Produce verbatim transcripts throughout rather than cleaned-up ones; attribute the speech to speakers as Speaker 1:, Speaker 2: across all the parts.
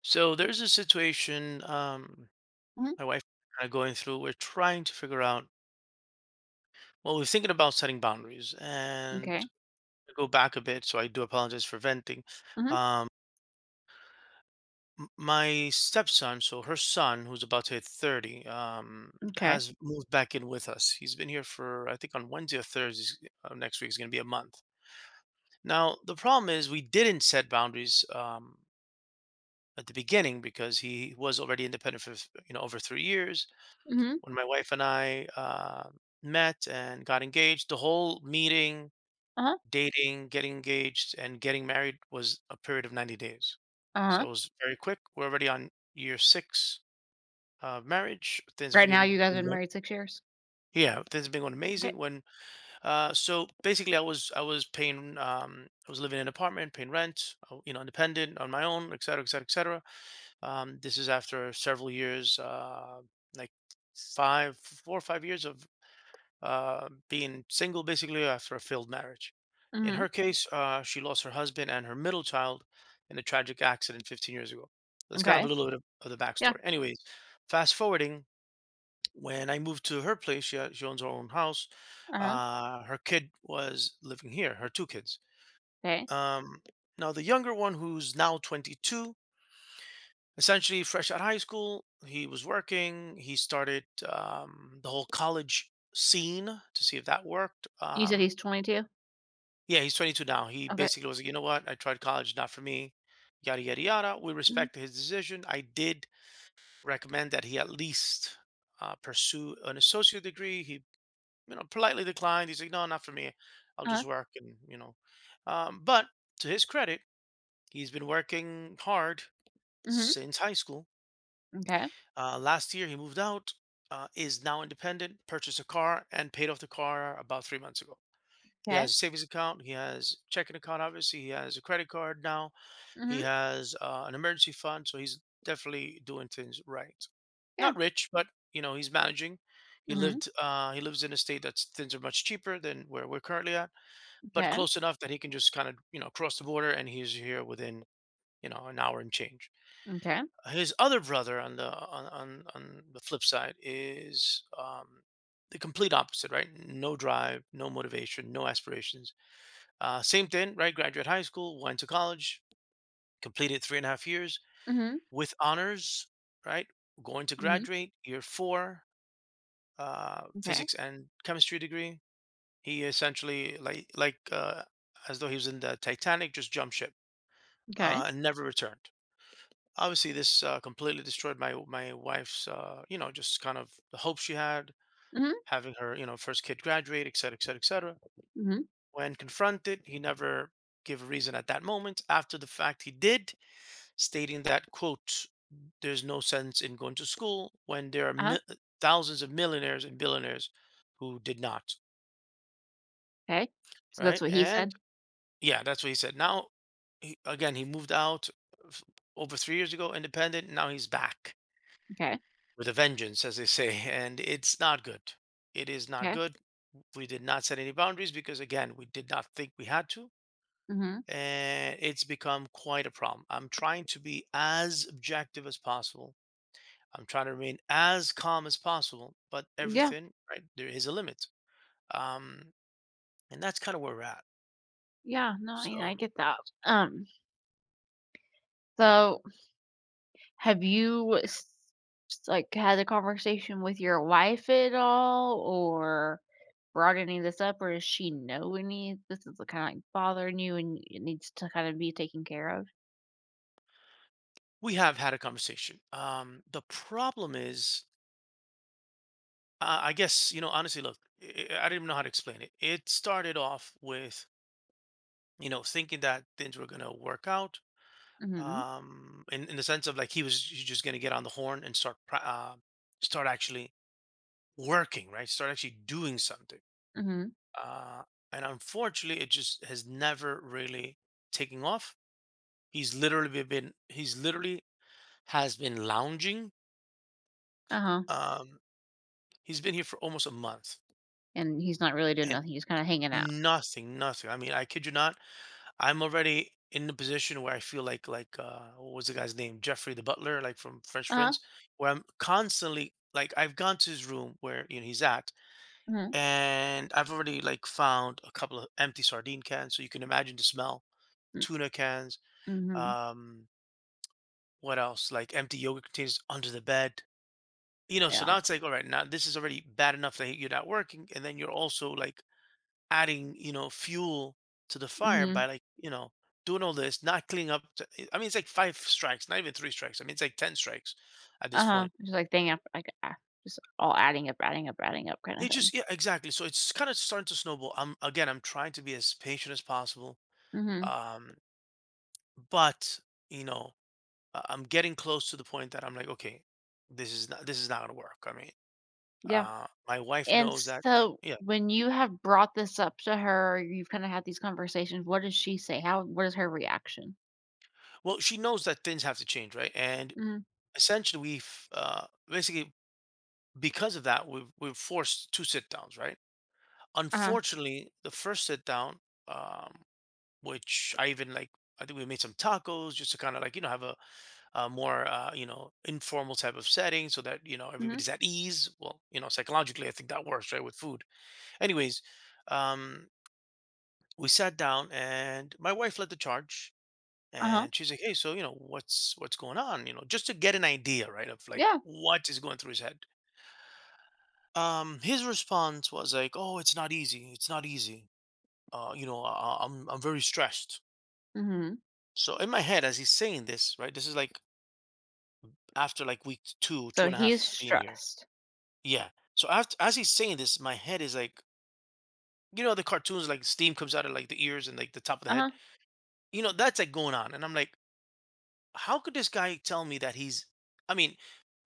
Speaker 1: So there's a situation, um,
Speaker 2: Mhm.
Speaker 1: my wife kind of going through. We're trying to figure out. Well, we're thinking about setting boundaries, and
Speaker 2: Okay.
Speaker 1: to go back a bit. So I do apologize for venting.
Speaker 2: Mhm.
Speaker 1: Um, m- my stepson, so her son, who's about to hit thirty, um,
Speaker 2: M'kay.
Speaker 1: has moved back in with us. He's been here for, I think, on Wednesday or Thursday uh, next week is going to be a month. Now the problem is we didn't set boundaries, um, at the beginning because he was already independent for, you know, over three years.
Speaker 2: Mhm.
Speaker 1: When my wife and I uh, met and got engaged, the whole meeting,
Speaker 2: Uh-huh.
Speaker 1: dating, getting engaged, and getting married was a period of ninety days. So
Speaker 2: Uh-huh.
Speaker 1: it was very quick. We're already on year six of marriage. Things have
Speaker 2: Right now, you
Speaker 1: been
Speaker 2: guys have
Speaker 1: been
Speaker 2: been
Speaker 1: going,
Speaker 2: married six years?
Speaker 1: yeah, things have been going
Speaker 2: Okay.
Speaker 1: amazing. When uh, so basically, I was I was paying, um, I was living in an apartment, paying rent, uh, you know, independent on my own, et cetera, et cetera, et cetera. Um, this is after several years, uh, like five, four or five years of uh, being single basically after a failed marriage. In
Speaker 2: Mhm.
Speaker 1: her case, uh, she lost her husband and her middle child in a tragic accident fifteen years ago. That's kind of a
Speaker 2: Okay.
Speaker 1: little bit of, of the
Speaker 2: Yeah.
Speaker 1: backstory. Anyways, fast forwarding, when I moved to her place, she, ha- she owns her own house.
Speaker 2: Uh-huh. Huh.
Speaker 1: Uh, her kid was living here, her two kids.
Speaker 2: Okay.
Speaker 1: Um, now, the younger one, who's now twenty-two, essentially fresh out of high school, he was working. He started, um, the whole college scene to see if that worked.
Speaker 2: You said
Speaker 1: Um,
Speaker 2: he's twenty-two?
Speaker 1: Yeah, he's twenty-two now. He
Speaker 2: Okay.
Speaker 1: basically was like, you know what? I tried college, not for me. Yada yada yada. We
Speaker 2: Mhm.
Speaker 1: respect his decision. I did recommend that he at least uh, pursue an associate degree. He, you know, politely declined. He's like, no, not for me. I'll
Speaker 2: Uh-huh.
Speaker 1: just work and you know. Um, but to his credit, he's been working hard
Speaker 2: Mhm.
Speaker 1: since high school.
Speaker 2: M'kay.
Speaker 1: Uh, last year, he moved out. Uh, is now independent. Purchased a car and paid off the car about three months ago. He
Speaker 2: 'Kay.
Speaker 1: has a savings account. He has checking account. Obviously, he has a credit card now. He
Speaker 2: Mhm.
Speaker 1: has uh, an emergency fund, so he's definitely doing things right.
Speaker 2: Yeah.
Speaker 1: Not rich, but you know, he's managing. He
Speaker 2: Mhm.
Speaker 1: lived. Uh, he lives in a state that's things are much cheaper than where we're currently at, but
Speaker 2: Okay.
Speaker 1: close enough that he can just kind of, you know, cross the border, and he's here within, you know, an hour and change.
Speaker 2: Okay.
Speaker 1: His other brother on the on on, on the flip side is, um, the complete opposite, right? No drive, no motivation, no aspirations. Uh, same thing, right? Graduate high school, went to college, completed three and a half years,
Speaker 2: Mhm.
Speaker 1: with honors, right? Going to
Speaker 2: Mhm.
Speaker 1: graduate year four, uh,
Speaker 2: M'kay.
Speaker 1: physics and chemistry degree. He essentially like like uh, as though he was in the Titanic, just jumped ship,
Speaker 2: M'kay.
Speaker 1: uh, and never returned. Obviously, this uh, completely destroyed my my wife's, uh, you know, just kind of the hope she had,
Speaker 2: Mhm.
Speaker 1: having her, you know, first kid graduate, et cetera, et cetera, et cetera.
Speaker 2: Mhm.
Speaker 1: When confronted, he never gave a reason at that moment. After the fact, he did, stating that, quote, there's no sense in going to school when there are
Speaker 2: Uh-huh. Huh.
Speaker 1: mil- thousands of millionaires and billionaires who did not,
Speaker 2: Okay. So that's
Speaker 1: right?
Speaker 2: what he
Speaker 1: And
Speaker 2: said?
Speaker 1: yeah, that's what he said. Now, he, again, he moved out f- over three years ago, independent. Now he's back
Speaker 2: Okay. Okay.
Speaker 1: with a vengeance, as they say, and it's not good. It is not
Speaker 2: 'Kay.
Speaker 1: good. We did not set any boundaries because, again, we did not think we had to.
Speaker 2: Mhm.
Speaker 1: And it's become quite a problem. I'm trying to be as objective as possible. I'm trying to remain as calm as possible, but
Speaker 2: Yeah.
Speaker 1: everything, right, there is a limit. Um, and that's kind of where we're at.
Speaker 2: Yeah. No, I mean, I
Speaker 1: So
Speaker 2: get that. Um, so have you s like, had a conversation with your wife at all, or brought any of this up, or does she know any this is, like, kinda, like, bothering you and it needs to kinda be taken care of?
Speaker 1: we have had a conversation. Um, the problem is, uh, I guess, you know, honestly, look, I, I I didn't know how to explain it. It started off with, you know, thinking that things were going to work out,
Speaker 2: Mhm,
Speaker 1: um, in, in the sense of like he was j- just going to get on the horn and start, pra- uh, start actually working, right? Start actually doing something.
Speaker 2: mhm,
Speaker 1: Uh, and unfortunately, it just has never really taken off. He's literally been he's literally has been lounging.
Speaker 2: uh-huh,
Speaker 1: Um, he's been here for almost a month
Speaker 2: and he's not really doing
Speaker 1: and
Speaker 2: nothing, he's kinda hanging out.
Speaker 1: nothing, nothing. I mean, I kid you not. I'm already in the position where I feel like like uh, what was the guy's name? Jeffrey the butler, like from Fresh
Speaker 2: Uh-huh,
Speaker 1: Prince, where I'm constantly like, I've gone to his room where, you know, he's at,
Speaker 2: mhm,
Speaker 1: and I've already like found a couple of empty sardine cans, so you can imagine the smell,
Speaker 2: mm,
Speaker 1: tuna cans.
Speaker 2: mhm,
Speaker 1: Um, what else? Like empty yogurt containers under the bed. You know, so
Speaker 2: yeah,
Speaker 1: now it's like, all right, now this is already bad enough that you're not working, and then you're also like adding, you know, fuel to the fire by,
Speaker 2: mhm,
Speaker 1: like, you know, doing all this, not cleaning up. t- I mean, it's like five strikes, not even three strikes. I mean, it's like ten strikes at this
Speaker 2: uh-huh,
Speaker 1: point.
Speaker 2: just, like, thing af like, ah, just all adding up, adding up, adding up kinda
Speaker 1: It
Speaker 2: thing.
Speaker 1: just, yeah, exactly. So it's kind of starting to snowball. I'm, again, I'm trying to be as patient as possible,
Speaker 2: Mhm,
Speaker 1: um, but, you know, I- I'm getting close to the point that I'm like, okay, this is not, this is not gonna work. I mean.
Speaker 2: yeah.
Speaker 1: Uh, my wife
Speaker 2: And
Speaker 1: knows that.
Speaker 2: so
Speaker 1: Yeah.
Speaker 2: when you have brought this up to her, you've kinda had these conversations, what does she say? How What is her reaction?
Speaker 1: Well, she knows that things have to change, right? And
Speaker 2: Mhm.
Speaker 1: essentially, we've, uh, basically because of that, we've we've forced two sit downs, right?
Speaker 2: Uh-huh.
Speaker 1: Unfortunately, the first sit down, um, which I even like, I think we made some tacos just to kind of like, you know, have a, a more, uh, you know, informal type of setting so that, you know,
Speaker 2: Mhm.
Speaker 1: everybody's at ease. Well, you know, psychologically, I think that works, right, with food. Anyways, um, we sat down and my wife led the charge,
Speaker 2: Uh-huh.
Speaker 1: and she's like, hey, so, you know, what's what's going on, you know, just to get an idea, right, of like
Speaker 2: Yeah.
Speaker 1: what is going through his head. um his response was like, oh, it's not easy, it's not easy, uh you know, I, I- i'm i'm very stressed.
Speaker 2: Mhm.
Speaker 1: So in my head as he's saying this, right, this is like after like week two
Speaker 2: So
Speaker 1: two and a
Speaker 2: he's
Speaker 1: half being here.
Speaker 2: stressed.
Speaker 1: Yeah, so after, as he's saying this, my head is like, you know, the cartoons, like steam comes out of like the ears and like the top of the
Speaker 2: Uh-huh.
Speaker 1: head, you know, that's like going on, and I'm like, how could this guy tell me that he's, I mean,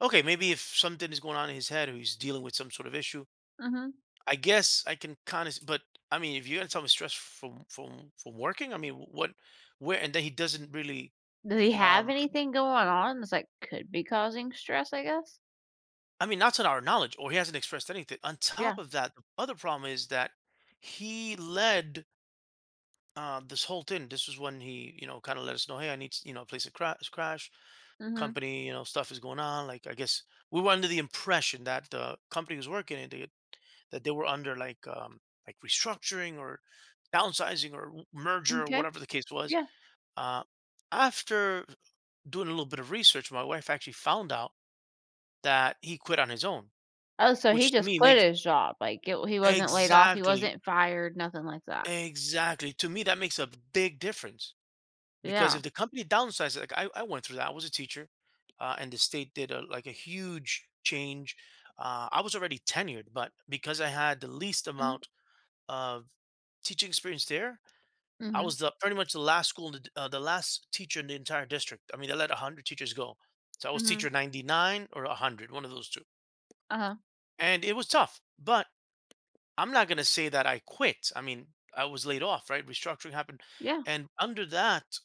Speaker 1: okay, maybe if something is going on in his head or he's dealing with some sort of issue,
Speaker 2: Mhm.
Speaker 1: I guess I can kind of, but I mean, if you're gonna tell me stress from from from working, I mean, wh- what where, and then he doesn't really.
Speaker 2: Does he have
Speaker 1: um
Speaker 2: anything going on that's, like, could be causing stress, I guess?
Speaker 1: I mean, not to our knowledge, or he hasn't expressed anything. On
Speaker 2: Yeah.
Speaker 1: top of that, the other problem is that he led, uh, this whole thing. This was when he, you know, kind of let us know, hey, I need, s- you know, a place to crash, crash
Speaker 2: Mhm.
Speaker 1: company, you know, stuff is going on. Like, I guess we were under the impression that the company was working in they, that they were under like, um like restructuring or downsizing or w- merger or
Speaker 2: Okay.
Speaker 1: whatever the case was.
Speaker 2: Yeah.
Speaker 1: Uh, after doing a little bit of research, my wife actually found out that he quit on his own,
Speaker 2: Oh, so he
Speaker 1: which to
Speaker 2: just
Speaker 1: me
Speaker 2: quit
Speaker 1: makes,
Speaker 2: his job, like, it he wasn't laid off, he
Speaker 1: exactly
Speaker 2: wasn't fired, nothing like that.
Speaker 1: exactly to me that makes a big difference, because
Speaker 2: Yeah.
Speaker 1: if the company downsizes, like I, I went through that, I was a teacher, uh, and the state did a, like a huge change. Uh, I was already tenured, but because I had the least
Speaker 2: Mhm.
Speaker 1: amount of teaching experience there, I
Speaker 2: Mhm.
Speaker 1: was the, pretty much the last school, in the, d- uh, the last teacher in the entire district. I mean, they let one hundred teachers go. So I was
Speaker 2: Mhm.
Speaker 1: teacher ninety-nine or one hundred, one of those two.
Speaker 2: Uh-huh.
Speaker 1: And it was tough, but I'm not going to say that I quit. I mean, I was laid off, right? Restructuring happened.
Speaker 2: Yeah.
Speaker 1: And under that,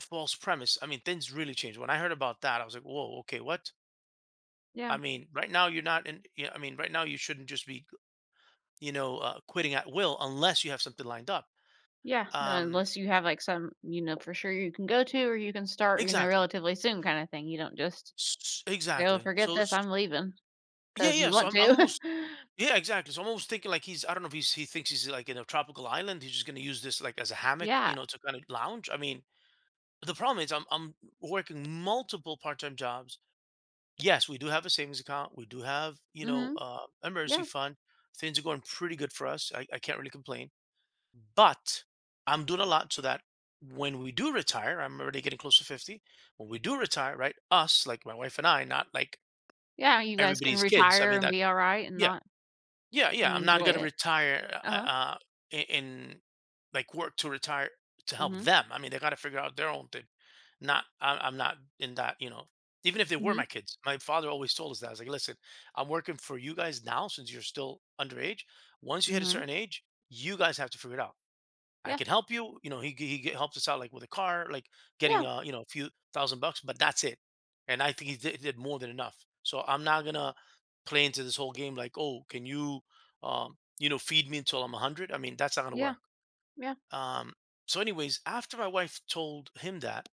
Speaker 1: false premise. I mean, things really changed. When I heard about that, I was like, "Whoa, okay, what?"
Speaker 2: Yeah.
Speaker 1: I mean, right now you're not in. Yeah, I mean, right now you shouldn't just be, you know, uh, quitting at will unless you have something lined up.
Speaker 2: Yeah, no,
Speaker 1: Um,
Speaker 2: unless you have, like, some, you know, for sure you can go to or you can start, you know,
Speaker 1: exactly,
Speaker 2: relatively soon kinda thing. You don't just
Speaker 1: S-
Speaker 2: say, "Oh,
Speaker 1: exactly.
Speaker 2: forget
Speaker 1: So
Speaker 2: this,
Speaker 1: s-
Speaker 2: I'm leaving," leaving,"
Speaker 1: yeah,
Speaker 2: because
Speaker 1: yeah.
Speaker 2: you
Speaker 1: So
Speaker 2: want
Speaker 1: I'm, I'm
Speaker 2: to.
Speaker 1: almost, yeah, exactly. So I'm almost thinking like he's. I don't know if he's. He thinks he's like in a tropical island. He's just gonna use this like as a hammock,
Speaker 2: Yeah,
Speaker 1: you know, to kind of lounge. I mean, the problem is I'm I'm working multiple part time jobs. Yes, we do have a savings account. We do have, you know,
Speaker 2: mhm,
Speaker 1: uh, emergency
Speaker 2: yeah,
Speaker 1: fund. Things are going pretty good for us. I, I can't really complain. But I'm doing a lot so that when we do retire, I'm already getting close to fifty. When we do retire, right? Us, like my wife and I, not like
Speaker 2: yeah, you guys can
Speaker 1: everybody's kids. I
Speaker 2: retire
Speaker 1: mean,
Speaker 2: and
Speaker 1: that,
Speaker 2: be alright and not
Speaker 1: yeah,
Speaker 2: and
Speaker 1: yeah. I'm not
Speaker 2: enjoy
Speaker 1: gonna
Speaker 2: it.
Speaker 1: retire, uh,
Speaker 2: Uh-huh,
Speaker 1: uh, in in like work to retire to help
Speaker 2: mhm,
Speaker 1: them. I mean, they gotta figure out their own thing. Not, I I'm not in that, you know. Even if they were
Speaker 2: mhm,
Speaker 1: my kids, my father always told us that. I was like, listen, I'm working for you guys now since you're still underage. Once you hit a
Speaker 2: mhm,
Speaker 1: certain age, you guys have to figure it out. I
Speaker 2: yeah,
Speaker 1: can help you. You know, he he g- helps us out like with a car, like getting
Speaker 2: yeah,
Speaker 1: uh you know a few thousand bucks, but that's it. And I think he did, did more than enough. So I'm not gonna play into this whole game like, oh, can you um you know feed me until I'm one hundred? I mean, that's not gonna
Speaker 2: yeah,
Speaker 1: work.
Speaker 2: yeah,
Speaker 1: Um. So, anyways, after my wife told him that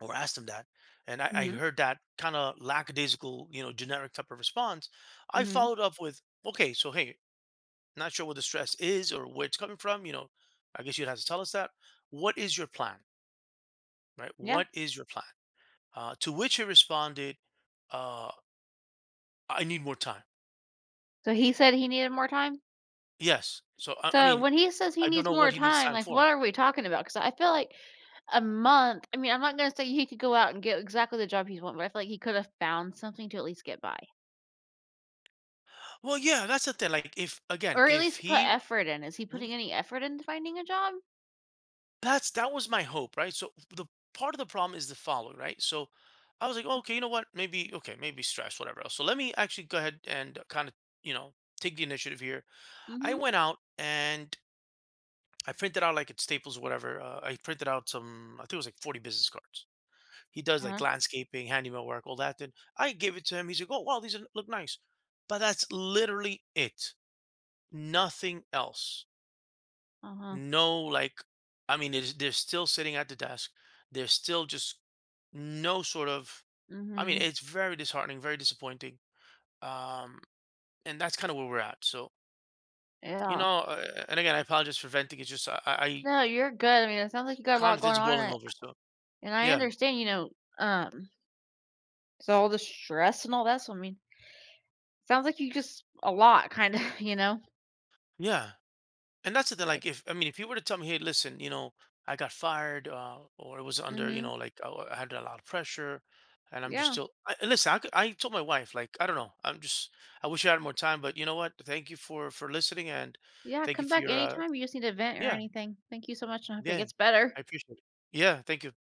Speaker 1: or asked him that, and I, I
Speaker 2: mhm,
Speaker 1: heard that kind of lackadaisical, you know, generic type of response, I
Speaker 2: mhm,
Speaker 1: followed up with, okay, so hey, not sure what the stress is or where it's coming from. You know, I guess you'd have to tell us that. What is your plan? Right?
Speaker 2: yeah.
Speaker 1: What is your plan? Uh, to which he responded, uh, I need more time.
Speaker 2: So he said he needed more time?
Speaker 1: Yes. So, I, I
Speaker 2: So
Speaker 1: mean,
Speaker 2: when he says he
Speaker 1: I don't
Speaker 2: needs
Speaker 1: know
Speaker 2: more
Speaker 1: what he needs
Speaker 2: time,
Speaker 1: time
Speaker 2: like,
Speaker 1: for.
Speaker 2: what are we talking about? Because I feel like a month? I mean, I'm not gonna say he could go out and get exactly the job he's want, but I feel like he could have found something to at least get by,
Speaker 1: Well, yeah, that's the thing. Like, if again,
Speaker 2: or at
Speaker 1: if
Speaker 2: least put
Speaker 1: he,
Speaker 2: effort in. Is he
Speaker 1: mhm,
Speaker 2: putting any effort into finding a job?
Speaker 1: that's that was my hope, right? So, the part of the problem is the following, right? So, I was like, "Oh, okay, you know what? Maybe, okay, maybe stress, whatever else." So, let me actually go ahead and kind of, you know, take the initiative here. I
Speaker 2: Mhm.
Speaker 1: went out and I printed out like at Staples, whatever. Uh, I printed out some, I think it was like forty business cards. He does like
Speaker 2: Uh-huh.
Speaker 1: landscaping, handyman work, all that. And I gave it to him. He's like, oh, wow, these are, look nice. But that's literally it. Nothing else.
Speaker 2: Uh-huh.
Speaker 1: No, like, I mean, it is, they're still sitting at the desk. There's still just no sort of, I mean,
Speaker 2: Mhm.
Speaker 1: it's very disheartening, very disappointing. Um, and that's kind of where we're at. So, you
Speaker 2: Yeah.
Speaker 1: know, uh, and again, I apologize for venting. It's just, I, I I
Speaker 2: No, you're good. I mean, it sounds like you got a
Speaker 1: kind
Speaker 2: lot
Speaker 1: of,
Speaker 2: going
Speaker 1: it's
Speaker 2: on, and
Speaker 1: boiling
Speaker 2: I
Speaker 1: over. So,
Speaker 2: and I
Speaker 1: yeah.
Speaker 2: understand, you know, um, so all the stress and all that, so, I mean, sounds like you just a lot kinda, you know?
Speaker 1: Yeah. And that's the thing,
Speaker 2: Like
Speaker 1: like if I mean if you were to tell me hey listen you know I got fired, uh, or it was under you
Speaker 2: mhm.
Speaker 1: know like i I had a lot of pressure and I'm just
Speaker 2: Yeah.
Speaker 1: still I, and listen I, could- I told my wife like I don't know I'm just I wish I had more time. But you know what, thank you for for listening, and
Speaker 2: Yeah,
Speaker 1: thank you
Speaker 2: come
Speaker 1: for
Speaker 2: back
Speaker 1: your uh
Speaker 2: anytime. You just need to vent or
Speaker 1: yeah,
Speaker 2: anything. Thank you so much, and I hope it
Speaker 1: yeah,
Speaker 2: gets better.
Speaker 1: I appreciate it, yeah, thank you.